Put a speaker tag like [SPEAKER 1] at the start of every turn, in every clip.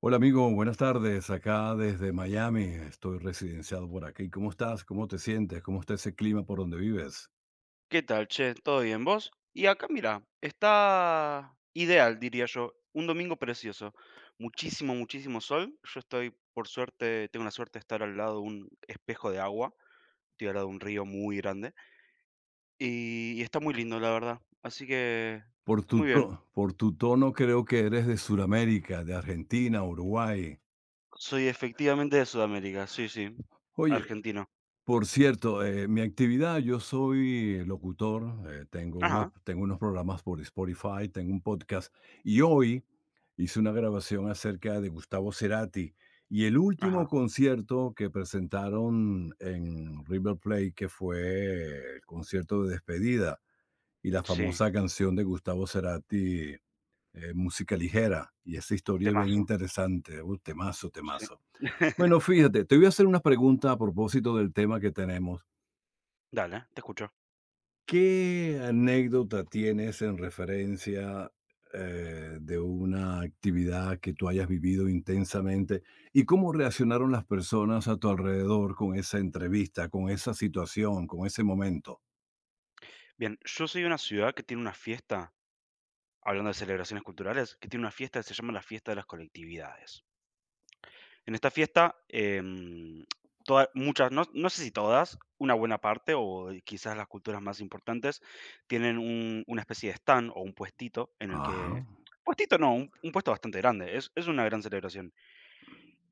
[SPEAKER 1] Hola amigo, buenas tardes. Acá desde Miami, estoy residenciado por aquí. ¿Cómo estás? ¿Cómo te sientes? ¿Cómo está ese clima por donde vives?
[SPEAKER 2] ¿Qué tal, che? ¿Todo bien vos? Y acá, mira, está ideal, diría yo. Un domingo precioso. Muchísimo, muchísimo sol. Yo estoy, por suerte, tengo la suerte de estar al lado de un espejo de agua. Estoy al lado de un río muy grande. Y está muy lindo, la verdad. Así que, muy bien.
[SPEAKER 1] Por tu tono creo que eres de Sudamérica, de Argentina, Uruguay.
[SPEAKER 2] Soy efectivamente de Sudamérica, sí, sí.
[SPEAKER 1] Oye,
[SPEAKER 2] Argentino.
[SPEAKER 1] por cierto, mi actividad, yo soy locutor, eh,
[SPEAKER 2] Ajá,
[SPEAKER 1] tengo unos programas por Spotify, tengo un podcast y hoy hizo una grabación acerca de Gustavo Cerati y el último
[SPEAKER 2] ajá.
[SPEAKER 1] concierto que presentaron en River Plate, que fue el concierto de despedida y la
[SPEAKER 2] Sí,
[SPEAKER 1] famosa canción de Gustavo Cerati, Música Ligera, y esa historia es bien
[SPEAKER 2] temazo.
[SPEAKER 1] interesante, un temazo,
[SPEAKER 2] Sí.
[SPEAKER 1] temazo. Bueno, fíjate, te voy a hacer una pregunta a propósito del tema que tenemos.
[SPEAKER 2] Dale, te escucho.
[SPEAKER 1] ¿Qué anécdota tienes en referencia, de una actividad que tú hayas vivido intensamente? ¿Y cómo reaccionaron las personas a tu alrededor con esa entrevista, con esa situación, con ese momento?
[SPEAKER 2] Bien, yo soy de una ciudad que tiene una fiesta, hablando de celebraciones culturales, que tiene una fiesta que se llama la Fiesta de las Colectividades. En esta fiesta, muchas, no, no sé si todas, una buena parte o quizás las culturas más importantes, tienen una especie de stand o un puestito en el
[SPEAKER 1] Ajá,
[SPEAKER 2] que... Puestito no, un puesto bastante grande, es una gran celebración,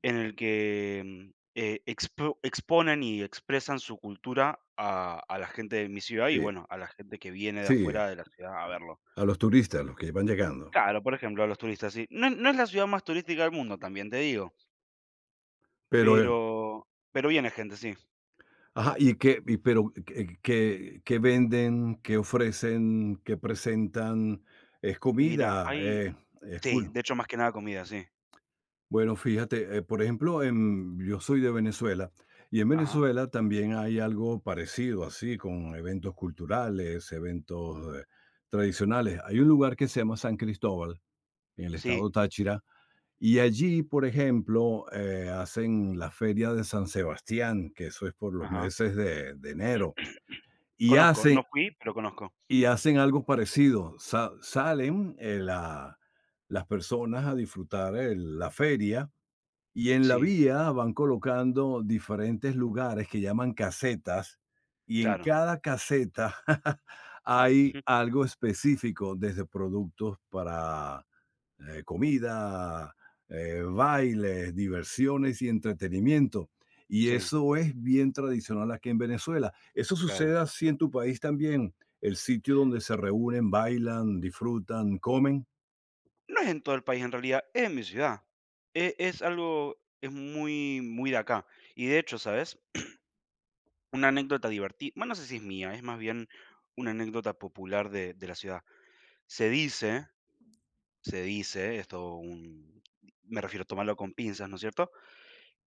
[SPEAKER 2] en el que exponen y expresan su cultura a la gente de mi ciudad y
[SPEAKER 1] sí,
[SPEAKER 2] bueno, a la gente que viene de
[SPEAKER 1] sí.
[SPEAKER 2] afuera de la ciudad a verlo.
[SPEAKER 1] A los turistas, los que van llegando.
[SPEAKER 2] Claro, por ejemplo, a los turistas, sí. No es la ciudad más turística del mundo, también te digo,
[SPEAKER 1] Pero,
[SPEAKER 2] pero viene gente, sí.
[SPEAKER 1] ajá, ¿y qué pero qué qué venden, qué ofrecen, qué presentan? ¿Es
[SPEAKER 2] Mira,
[SPEAKER 1] comida?
[SPEAKER 2] hay
[SPEAKER 1] Es
[SPEAKER 2] sí,
[SPEAKER 1] cool.
[SPEAKER 2] de hecho, más que nada comida, sí.
[SPEAKER 1] Bueno, fíjate, por ejemplo, yo soy de Venezuela y en
[SPEAKER 2] Ajá,
[SPEAKER 1] Venezuela también hay algo parecido así, con eventos culturales, eventos tradicionales. Hay un lugar que se llama San Cristóbal, en el estado
[SPEAKER 2] sí,
[SPEAKER 1] Táchira, y allí, por ejemplo, hacen la feria de San Sebastián, que eso es por los
[SPEAKER 2] ajá.
[SPEAKER 1] meses de enero, y
[SPEAKER 2] Conozco,
[SPEAKER 1] hacen,
[SPEAKER 2] no fui, pero conozco.
[SPEAKER 1] y hacen algo parecido. Salen las personas a disfrutar la feria y en la
[SPEAKER 2] Sí,
[SPEAKER 1] vía van colocando diferentes lugares que llaman casetas, y en
[SPEAKER 2] claro.
[SPEAKER 1] cada caseta hay
[SPEAKER 2] Ujú.
[SPEAKER 1] algo específico, desde productos para comida, bailes, diversiones y entretenimiento. Y
[SPEAKER 2] Sí,
[SPEAKER 1] eso es bien tradicional aquí en Venezuela. ¿Eso
[SPEAKER 2] claro.
[SPEAKER 1] sucede así en tu país también? ¿El sitio donde se reúnen, bailan, disfrutan, comen?
[SPEAKER 2] No es en todo el país, en realidad, es en mi ciudad. Es algo es muy de acá. Y de hecho, ¿sabes? Una anécdota diverti, bueno, no sé si es mía, es más bien una anécdota popular de la ciudad. Se dice se dice, esto un- Me refiero a tomarlo con pinzas, ¿no es cierto?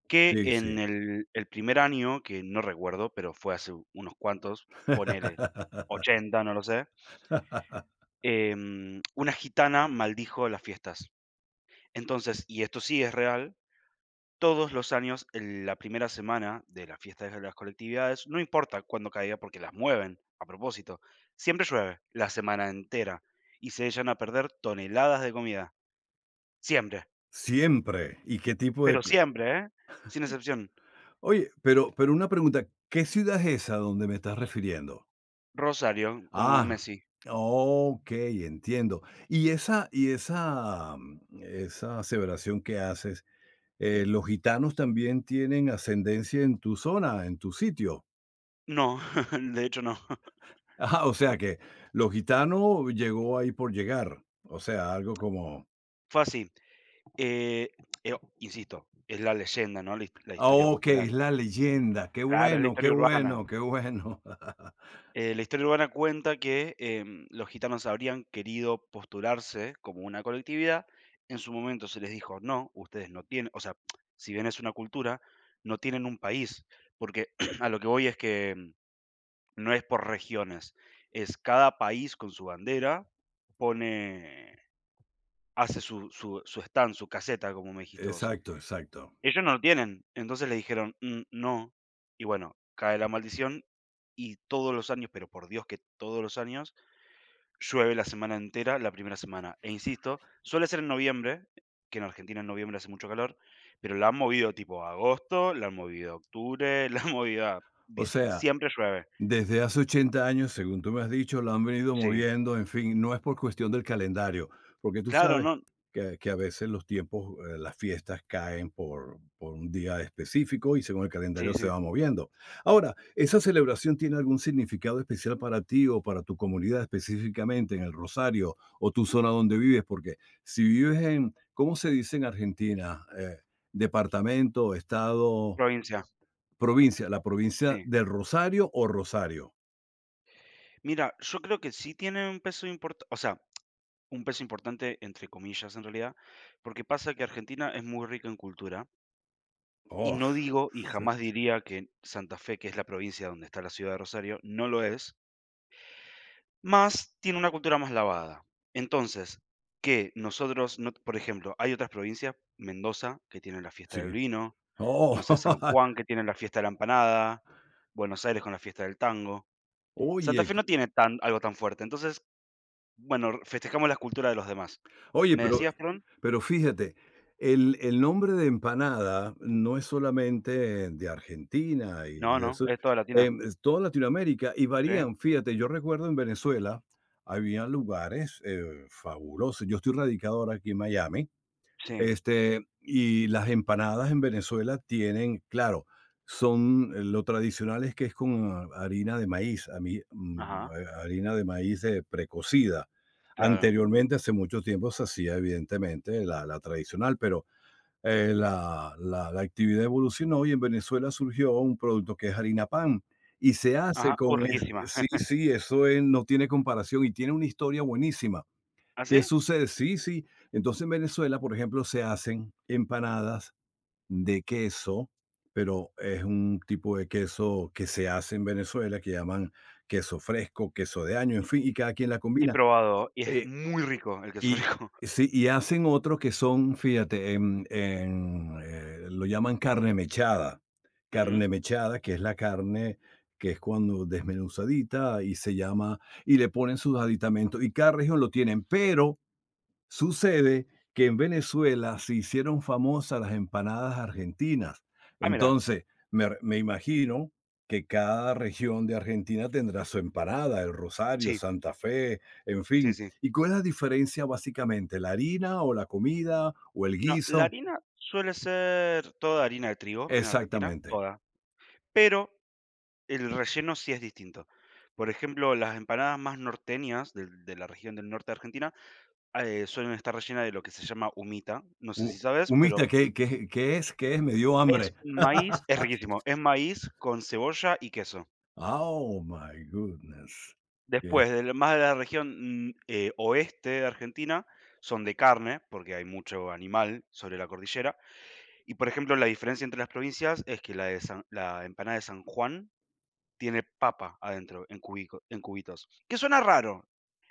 [SPEAKER 2] Que
[SPEAKER 1] Sí, sí.
[SPEAKER 2] en el primer año, que no recuerdo, pero fue hace unos cuantos, ponele 80, no lo sé, una gitana maldijo las fiestas. Entonces, y esto sí es real, todos los años, en la primera semana de las fiestas de las colectividades, no importa cuándo caiga porque las mueven a propósito, siempre llueve la semana entera y se echan a perder toneladas de comida, siempre.
[SPEAKER 1] Siempre. ¿Y qué tipo de...
[SPEAKER 2] Pero siempre, ¿eh? Sin excepción.
[SPEAKER 1] oye, pero una pregunta, ¿qué ciudad es esa donde me estás refiriendo?
[SPEAKER 2] Rosario, como
[SPEAKER 1] Ah,
[SPEAKER 2] Messi.
[SPEAKER 1] okey, entiendo. Y esa esa aseveración que haces, ¿los gitanos también tienen ascendencia en tu zona, en tu sitio?
[SPEAKER 2] No, de hecho no.
[SPEAKER 1] Ajá, o sea que los gitanos llegó ahí por llegar, o sea, algo como...
[SPEAKER 2] Fue así. Eh, insisto, es la leyenda, ¿no? La
[SPEAKER 1] ah,
[SPEAKER 2] historia
[SPEAKER 1] okey,
[SPEAKER 2] popular.
[SPEAKER 1] es la
[SPEAKER 2] Sí.
[SPEAKER 1] leyenda, qué
[SPEAKER 2] Claro, es la
[SPEAKER 1] bueno, qué
[SPEAKER 2] historia urbana.
[SPEAKER 1] bueno, qué bueno.
[SPEAKER 2] La historia urbana cuenta que los gitanos habrían querido postularse como una colectividad. En su momento se les dijo, no, ustedes no tienen, o sea, si bien es una cultura, no tienen un país. Porque a lo que voy es que no es por regiones, es cada país con su bandera, pone, hace su stand, su caseta, como me dijiste vos.
[SPEAKER 1] Exacto, exacto.
[SPEAKER 2] Ellos no lo tienen, entonces le dijeron: "Mm, no". Y bueno, cae la maldición y todos los años, pero por Dios que todos los años, llueve la semana entera, la primera semana. E insisto, suele ser en noviembre, que en Argentina en noviembre hace mucho calor, pero la han movido tipo a agosto, la han movido a octubre, la han movido a
[SPEAKER 1] O
[SPEAKER 2] dicie,
[SPEAKER 1] sea,
[SPEAKER 2] siempre llueve.
[SPEAKER 1] desde hace 80 años, según tú me has dicho, la han venido
[SPEAKER 2] Sí.
[SPEAKER 1] moviendo, en fin, no es por cuestión del calendario, porque tú
[SPEAKER 2] Claro,
[SPEAKER 1] sabes
[SPEAKER 2] no
[SPEAKER 1] que a veces los tiempos, las fiestas caen por un día específico y según el
[SPEAKER 2] sí,
[SPEAKER 1] calendario se
[SPEAKER 2] sí.
[SPEAKER 1] va moviendo. Ahora, ¿esa celebración tiene algún significado especial para ti o para tu comunidad específicamente en el Rosario o tu zona donde vives? Porque si vives en, ¿cómo se dice en Argentina? Departamento, estado,
[SPEAKER 2] Provincia,
[SPEAKER 1] provincia, la provincia
[SPEAKER 2] sí.
[SPEAKER 1] del Rosario o Rosario.
[SPEAKER 2] Mira, yo creo que sí tiene un peso importante, o sea, un peso importante entre comillas en realidad, porque pasa que Argentina es muy rica en cultura y
[SPEAKER 1] Oh,
[SPEAKER 2] no digo y jamás diría que Santa Fe, que es la provincia donde está la ciudad de Rosario, no lo es, más tiene una cultura más lavada. Entonces, que nosotros, no, por ejemplo, hay otras provincias, Mendoza, que tiene la fiesta del
[SPEAKER 1] sí.
[SPEAKER 2] vino,
[SPEAKER 1] Oh,
[SPEAKER 2] no sé, San Juan, que tiene la fiesta de la empanada, Buenos Aires con la fiesta del tango. Santa
[SPEAKER 1] oye,
[SPEAKER 2] Fe
[SPEAKER 1] que
[SPEAKER 2] no tiene tan, algo tan fuerte. Entonces, bueno, r festejamos la cultura de los demás.
[SPEAKER 1] oye,
[SPEAKER 2] ¿Me
[SPEAKER 1] pero
[SPEAKER 2] decías, perdón?
[SPEAKER 1] pero fíjate, el nombre de empanada no es solamente de Argentina y
[SPEAKER 2] No,
[SPEAKER 1] de
[SPEAKER 2] no,
[SPEAKER 1] sur,
[SPEAKER 2] es toda latina.
[SPEAKER 1] es toda Latinoamérica y
[SPEAKER 2] Sí,
[SPEAKER 1] varían. Fíjate, yo recuerdo en Venezuela había lugares, fabulosos. Yo estoy radicado ahora aquí en Miami.
[SPEAKER 2] sí,
[SPEAKER 1] Este, y las empanadas en Venezuela tienen, claro, son lo tradicional es que es con harina de maíz, a mí, mm,
[SPEAKER 2] ajá,
[SPEAKER 1] ha harina de maíz, precocida.
[SPEAKER 2] claro.
[SPEAKER 1] Anteriormente, hace mucho tiempo, se hacía evidentemente la tradicional, pero, la actividad evolucionó y en Venezuela surgió un producto que es harina pan y se hace
[SPEAKER 2] Ajá, oh,
[SPEAKER 1] con es...
[SPEAKER 2] riquísima.
[SPEAKER 1] sí, sí, eso es, no tiene comparación y tiene una historia buenísima.
[SPEAKER 2] ¿Ah,
[SPEAKER 1] ¿Qué
[SPEAKER 2] sí?
[SPEAKER 1] sucede? Sí, sí. Entonces en Venezuela, por ejemplo, se hacen empanadas de queso, pero es un tipo de queso que se hace en Venezuela, que llaman queso fresco, queso de año, en fin, y cada quien la
[SPEAKER 2] He
[SPEAKER 1] combina.
[SPEAKER 2] probado y es
[SPEAKER 1] Eh,
[SPEAKER 2] muy rico el queso
[SPEAKER 1] y
[SPEAKER 2] fresco.
[SPEAKER 1] sí, y hacen otros que son, fíjate, lo llaman carne mechada.
[SPEAKER 2] Ujú.
[SPEAKER 1] Carne mechada, que es la carne, que es cuando desmenuzadita y se llama, y le ponen sus aditamentos y cada región lo tienen, pero sucede que en Venezuela se hicieron famosas las empanadas argentinas.
[SPEAKER 2] Ah, mira,
[SPEAKER 1] Entonces, me imagino que cada región de Argentina tendrá su empanada, El Rosario,
[SPEAKER 2] sí,
[SPEAKER 1] Santa Fe, en
[SPEAKER 2] sí,
[SPEAKER 1] fin.
[SPEAKER 2] sí.
[SPEAKER 1] ¿Y cuál es la diferencia básicamente? ¿La harina o la comida o el
[SPEAKER 2] No, la
[SPEAKER 1] guiso?
[SPEAKER 2] harina suele ser toda harina de trigo en Argentina,
[SPEAKER 1] Exactamente.
[SPEAKER 2] toda, pero el relleno sí es distinto. Por ejemplo, las empanadas más norteñas del de la región del norte de Argentina, suelen estar rellenas de lo que se llama humita, no sé si
[SPEAKER 1] Hu
[SPEAKER 2] sabes, pero
[SPEAKER 1] humita, ¿qué qué qué es? ¿Qué es? Me dio
[SPEAKER 2] es
[SPEAKER 1] hambre.
[SPEAKER 2] un maíz, es riquísimo, es maíz con cebolla y queso.
[SPEAKER 1] Oh, my goodness.
[SPEAKER 2] Después, del más de la región, oeste de Argentina, son de carne, porque hay mucho animal sobre la cordillera. Y, por ejemplo, la diferencia entre las provincias es que la empanada de San Juan tiene papa adentro, en cubitos, que suena raro,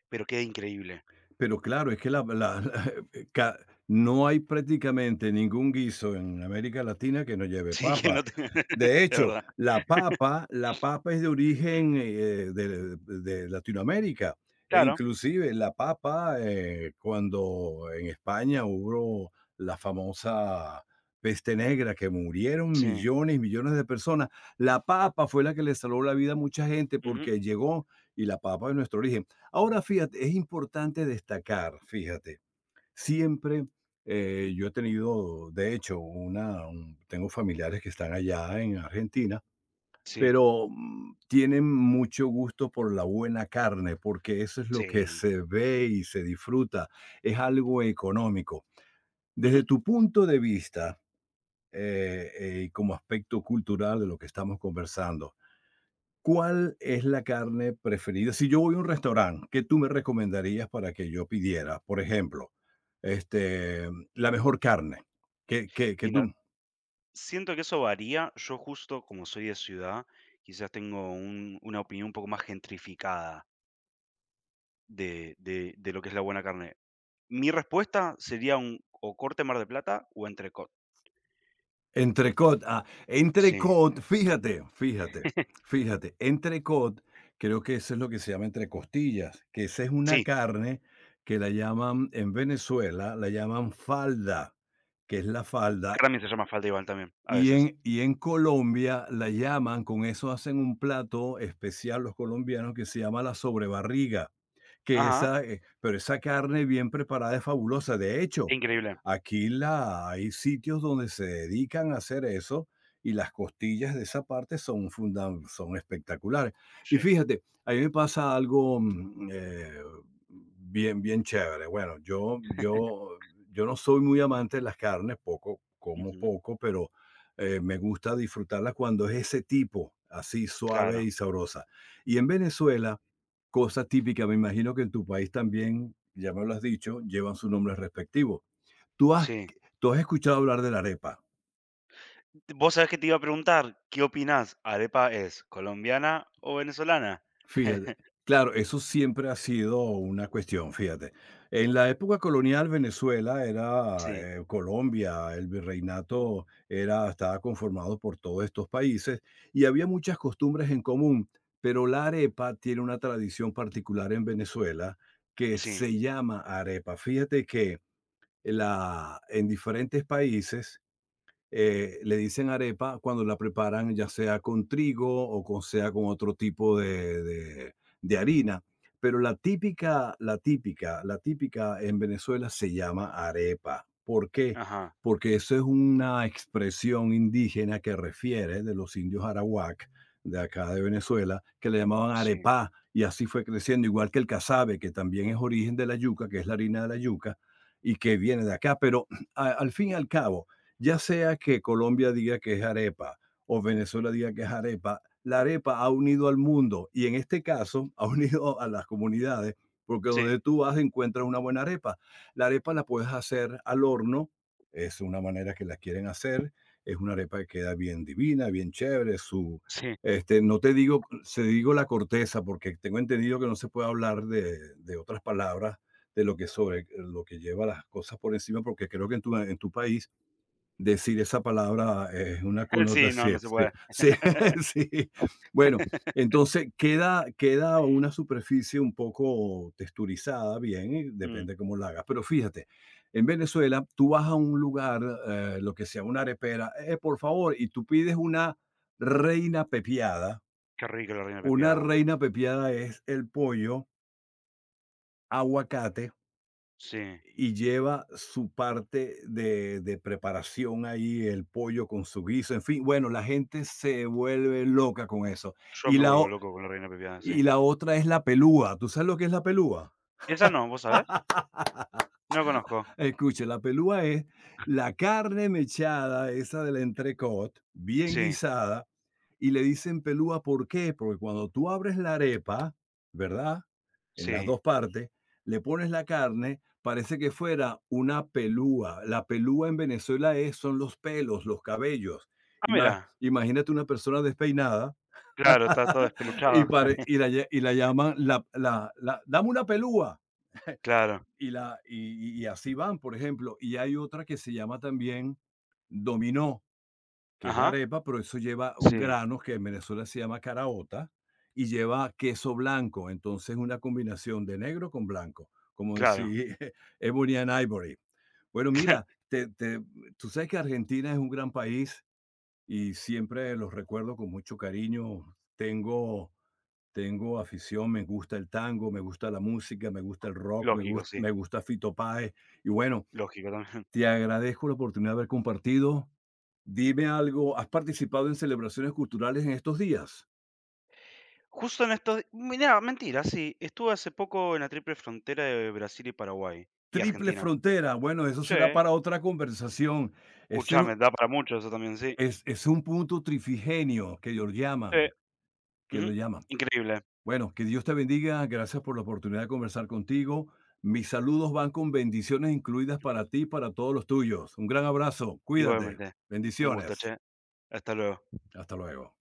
[SPEAKER 2] pero queda increíble.
[SPEAKER 1] Pero claro, es que la la la- ca no hay prácticamente ningún guiso en América Latina que no lleve
[SPEAKER 2] Sí, que no
[SPEAKER 1] papa.
[SPEAKER 2] te de
[SPEAKER 1] De hecho,
[SPEAKER 2] verdad.
[SPEAKER 1] la papa es de origen, de Latinoamérica, e
[SPEAKER 2] Claro,
[SPEAKER 1] inclusive la papa, cuando en España hubo la famosa peste negra, que murieron
[SPEAKER 2] sí,
[SPEAKER 1] millones y millones de personas, la papa fue la que le salvó la vida a mucha gente
[SPEAKER 2] ujú,
[SPEAKER 1] porque llegó y la papa es nuestro origen. Ahora, fíjate, es importante destacar, fíjate, siempre yo he tenido, de hecho, tengo familiares que están allá en Argentina,
[SPEAKER 2] sí,
[SPEAKER 1] pero tienen mucho gusto por la buena carne, porque eso es lo que
[SPEAKER 2] sí,
[SPEAKER 1] se ve y se disfruta, es algo económico.
[SPEAKER 2] ujú.
[SPEAKER 1] Desde tu punto de vista, y como aspecto cultural de lo que estamos conversando, ¿cuál es la carne preferida? Si yo voy a un restaurante, ¿qué tú me recomendarías para que yo pidiera? Por ejemplo, este, la mejor carne. ¿Qué, qué, qué tú?
[SPEAKER 2] Mira, siento que eso varía. Yo justo como soy de ciudad, quizás tengo una opinión un poco más gentrificada de, de lo que es la buena carne. Mi respuesta sería un o corte Mar de Plata o entrecot.
[SPEAKER 1] Entrecot. Ah,
[SPEAKER 2] Sí,
[SPEAKER 1] entrecot. Fíjate, fíjate, fíjate. Entrecot, creo que eso es lo que se llama entrecostillas, que esa es una
[SPEAKER 2] sí.
[SPEAKER 1] carne que la llaman en Venezuela, la llaman falda, que es la falda.
[SPEAKER 2] Acá también se llama falda igual también, a
[SPEAKER 1] Y
[SPEAKER 2] veces.
[SPEAKER 1] en y en Colombia la llaman, con eso hacen un plato especial los colombianos que se llama la sobrebarriga,
[SPEAKER 2] Ajá,
[SPEAKER 1] pero esa carne bien preparada es fabulosa. De hecho,
[SPEAKER 2] increíble.
[SPEAKER 1] aquí la hay sitios donde se dedican a hacer eso y las costillas de esa parte son espectaculares. Y
[SPEAKER 2] Sí.
[SPEAKER 1] fíjate, a mí me pasa algo, bien, bien chévere. Bueno, yo no soy muy amante de las carnes, poco como
[SPEAKER 2] Ujú,
[SPEAKER 1] poco, pero me gusta disfrutarla cuando es ese tipo, así suave
[SPEAKER 2] claro,
[SPEAKER 1] y sabrosa. Y en Venezuela, cosa típica, me imagino que en tu país también, ya me lo has dicho, llevan su nombre respectivo. ¿Tú has,
[SPEAKER 2] sí.
[SPEAKER 1] ¿tú has escuchado hablar de la arepa?
[SPEAKER 2] Vos sabés que te iba a preguntar, ¿qué opinás? ¿Arepa es colombiana o venezolana?
[SPEAKER 1] Fíjate, claro, eso siempre ha sido una cuestión, fíjate. En la época colonial, Venezuela
[SPEAKER 2] Sí,
[SPEAKER 1] era Colombia, el virreinato era, estaba conformado por todos estos países y había muchas costumbres en común, pero la arepa tiene una tradición particular en Venezuela que
[SPEAKER 2] sí,
[SPEAKER 1] se llama arepa. Fíjate que la, en diferentes países le dicen arepa cuando la preparan ya sea con trigo o con, sea con otro tipo de harina. Pero la típica, la típica, la típica en Venezuela se llama arepa. ¿Por qué?
[SPEAKER 2] ajá,
[SPEAKER 1] Porque eso es una expresión indígena que refiere de los indios arawak de acá de Venezuela, que le llamaban
[SPEAKER 2] sí,
[SPEAKER 1] arepa y así fue creciendo, igual que el casabe, que también es origen de la yuca, que es la harina de la yuca, y que viene de acá. Pero al fin y al cabo, ya sea que Colombia diga que es arepa o Venezuela diga que es arepa, la arepa ha unido al mundo y en este caso ha unido a las comunidades, porque
[SPEAKER 2] sí,
[SPEAKER 1] donde tú vas encuentras una buena arepa. La arepa la puedes hacer al horno, es una manera que la quieren hacer, es una arepa que queda bien divina, bien chévere, su
[SPEAKER 2] sí.
[SPEAKER 1] este, no te digo, se digo la corteza, porque tengo entendido que no se puede hablar de otras palabras de lo que sobre lo que lleva las cosas por encima, porque creo que en en tu país decir esa palabra es una
[SPEAKER 2] Sí, no,
[SPEAKER 1] connotación,
[SPEAKER 2] no se
[SPEAKER 1] sí,
[SPEAKER 2] puede.
[SPEAKER 1] sí, sí. Bueno, entonces queda una superficie un poco texturizada bien, y
[SPEAKER 2] Mh,
[SPEAKER 1] depende cómo la hagas. Pero fíjate, en Venezuela, tú vas a un lugar, lo que sea una arepera, por favor, y tú pides una reina pepiada.
[SPEAKER 2] qué rica la reina
[SPEAKER 1] Una
[SPEAKER 2] pepiada.
[SPEAKER 1] reina pepiada es el pollo, aguacate
[SPEAKER 2] Sí,
[SPEAKER 1] y lleva su parte de preparación ahí, el pollo con su guiso, en fin, bueno, la gente se vuelve loca con eso.
[SPEAKER 2] yo
[SPEAKER 1] Y
[SPEAKER 2] me
[SPEAKER 1] la
[SPEAKER 2] vuelvo
[SPEAKER 1] o
[SPEAKER 2] loco con la reina pepiada,
[SPEAKER 1] y
[SPEAKER 2] sí.
[SPEAKER 1] la otra es la pelúa, ¿tú sabes lo que es la pelúa?
[SPEAKER 2] Esa no, ¿vos sabés? No la conozco.
[SPEAKER 1] Escuche, la pelúa es la carne mechada, esa del entrecot, bien
[SPEAKER 2] Sí,
[SPEAKER 1] guisada, y le dicen pelúa, ¿por qué? Porque cuando tú abres la arepa, ¿verdad? En las
[SPEAKER 2] sí.
[SPEAKER 1] dos partes, le pones la carne, parece que fuera una pelúa. La pelúa en Venezuela es, son los pelos, los cabellos.
[SPEAKER 2] Ah, mira,
[SPEAKER 1] Imagínate una persona despeinada
[SPEAKER 2] claro, está todo despeluchado.
[SPEAKER 1] y la llaman, dame una pelúa
[SPEAKER 2] Claro.
[SPEAKER 1] y, la, y, y así van, por ejemplo. Y hay otra que se llama también dominó, que es la
[SPEAKER 2] Ajá.
[SPEAKER 1] arepa, pero eso lleva un
[SPEAKER 2] Sí,
[SPEAKER 1] grano que en Venezuela se llama caraota y lleva queso blanco. Entonces, una combinación de negro con blanco, como
[SPEAKER 2] claro.
[SPEAKER 1] si... Ebony and Ivory. Bueno, mira, tú sabes que Argentina es un gran país y siempre los recuerdo con mucho cariño. Tengo afición, me gusta el tango, me gusta la música, me gusta el rock,
[SPEAKER 2] Lógico, sí,
[SPEAKER 1] me gusta Fito Páez. Y bueno,
[SPEAKER 2] lógico también.
[SPEAKER 1] te agradezco la oportunidad de haber compartido. Dime algo, ¿has participado en celebraciones culturales en estos días?
[SPEAKER 2] Justo en estos, mira, mentira, sí, estuve hace poco en la triple frontera de Brasil y Paraguay, y
[SPEAKER 1] Triple
[SPEAKER 2] Argentina.
[SPEAKER 1] Frontera, bueno, eso
[SPEAKER 2] Sí,
[SPEAKER 1] será para otra conversación. Ese
[SPEAKER 2] escuchame, da para mucho eso también, sí.
[SPEAKER 1] es un punto trifigenio que ellos
[SPEAKER 2] Sí,
[SPEAKER 1] llaman, que lo
[SPEAKER 2] ujú,
[SPEAKER 1] llaman.
[SPEAKER 2] increíble.
[SPEAKER 1] Bueno, que Dios te bendiga. Gracias por la oportunidad de conversar contigo. Mis saludos van con bendiciones incluidas para ti y para todos los tuyos. Un gran abrazo. Cuídate.
[SPEAKER 2] Igualmente. Un gusto,
[SPEAKER 1] Bendiciones.
[SPEAKER 2] che. Hasta luego.
[SPEAKER 1] Hasta luego.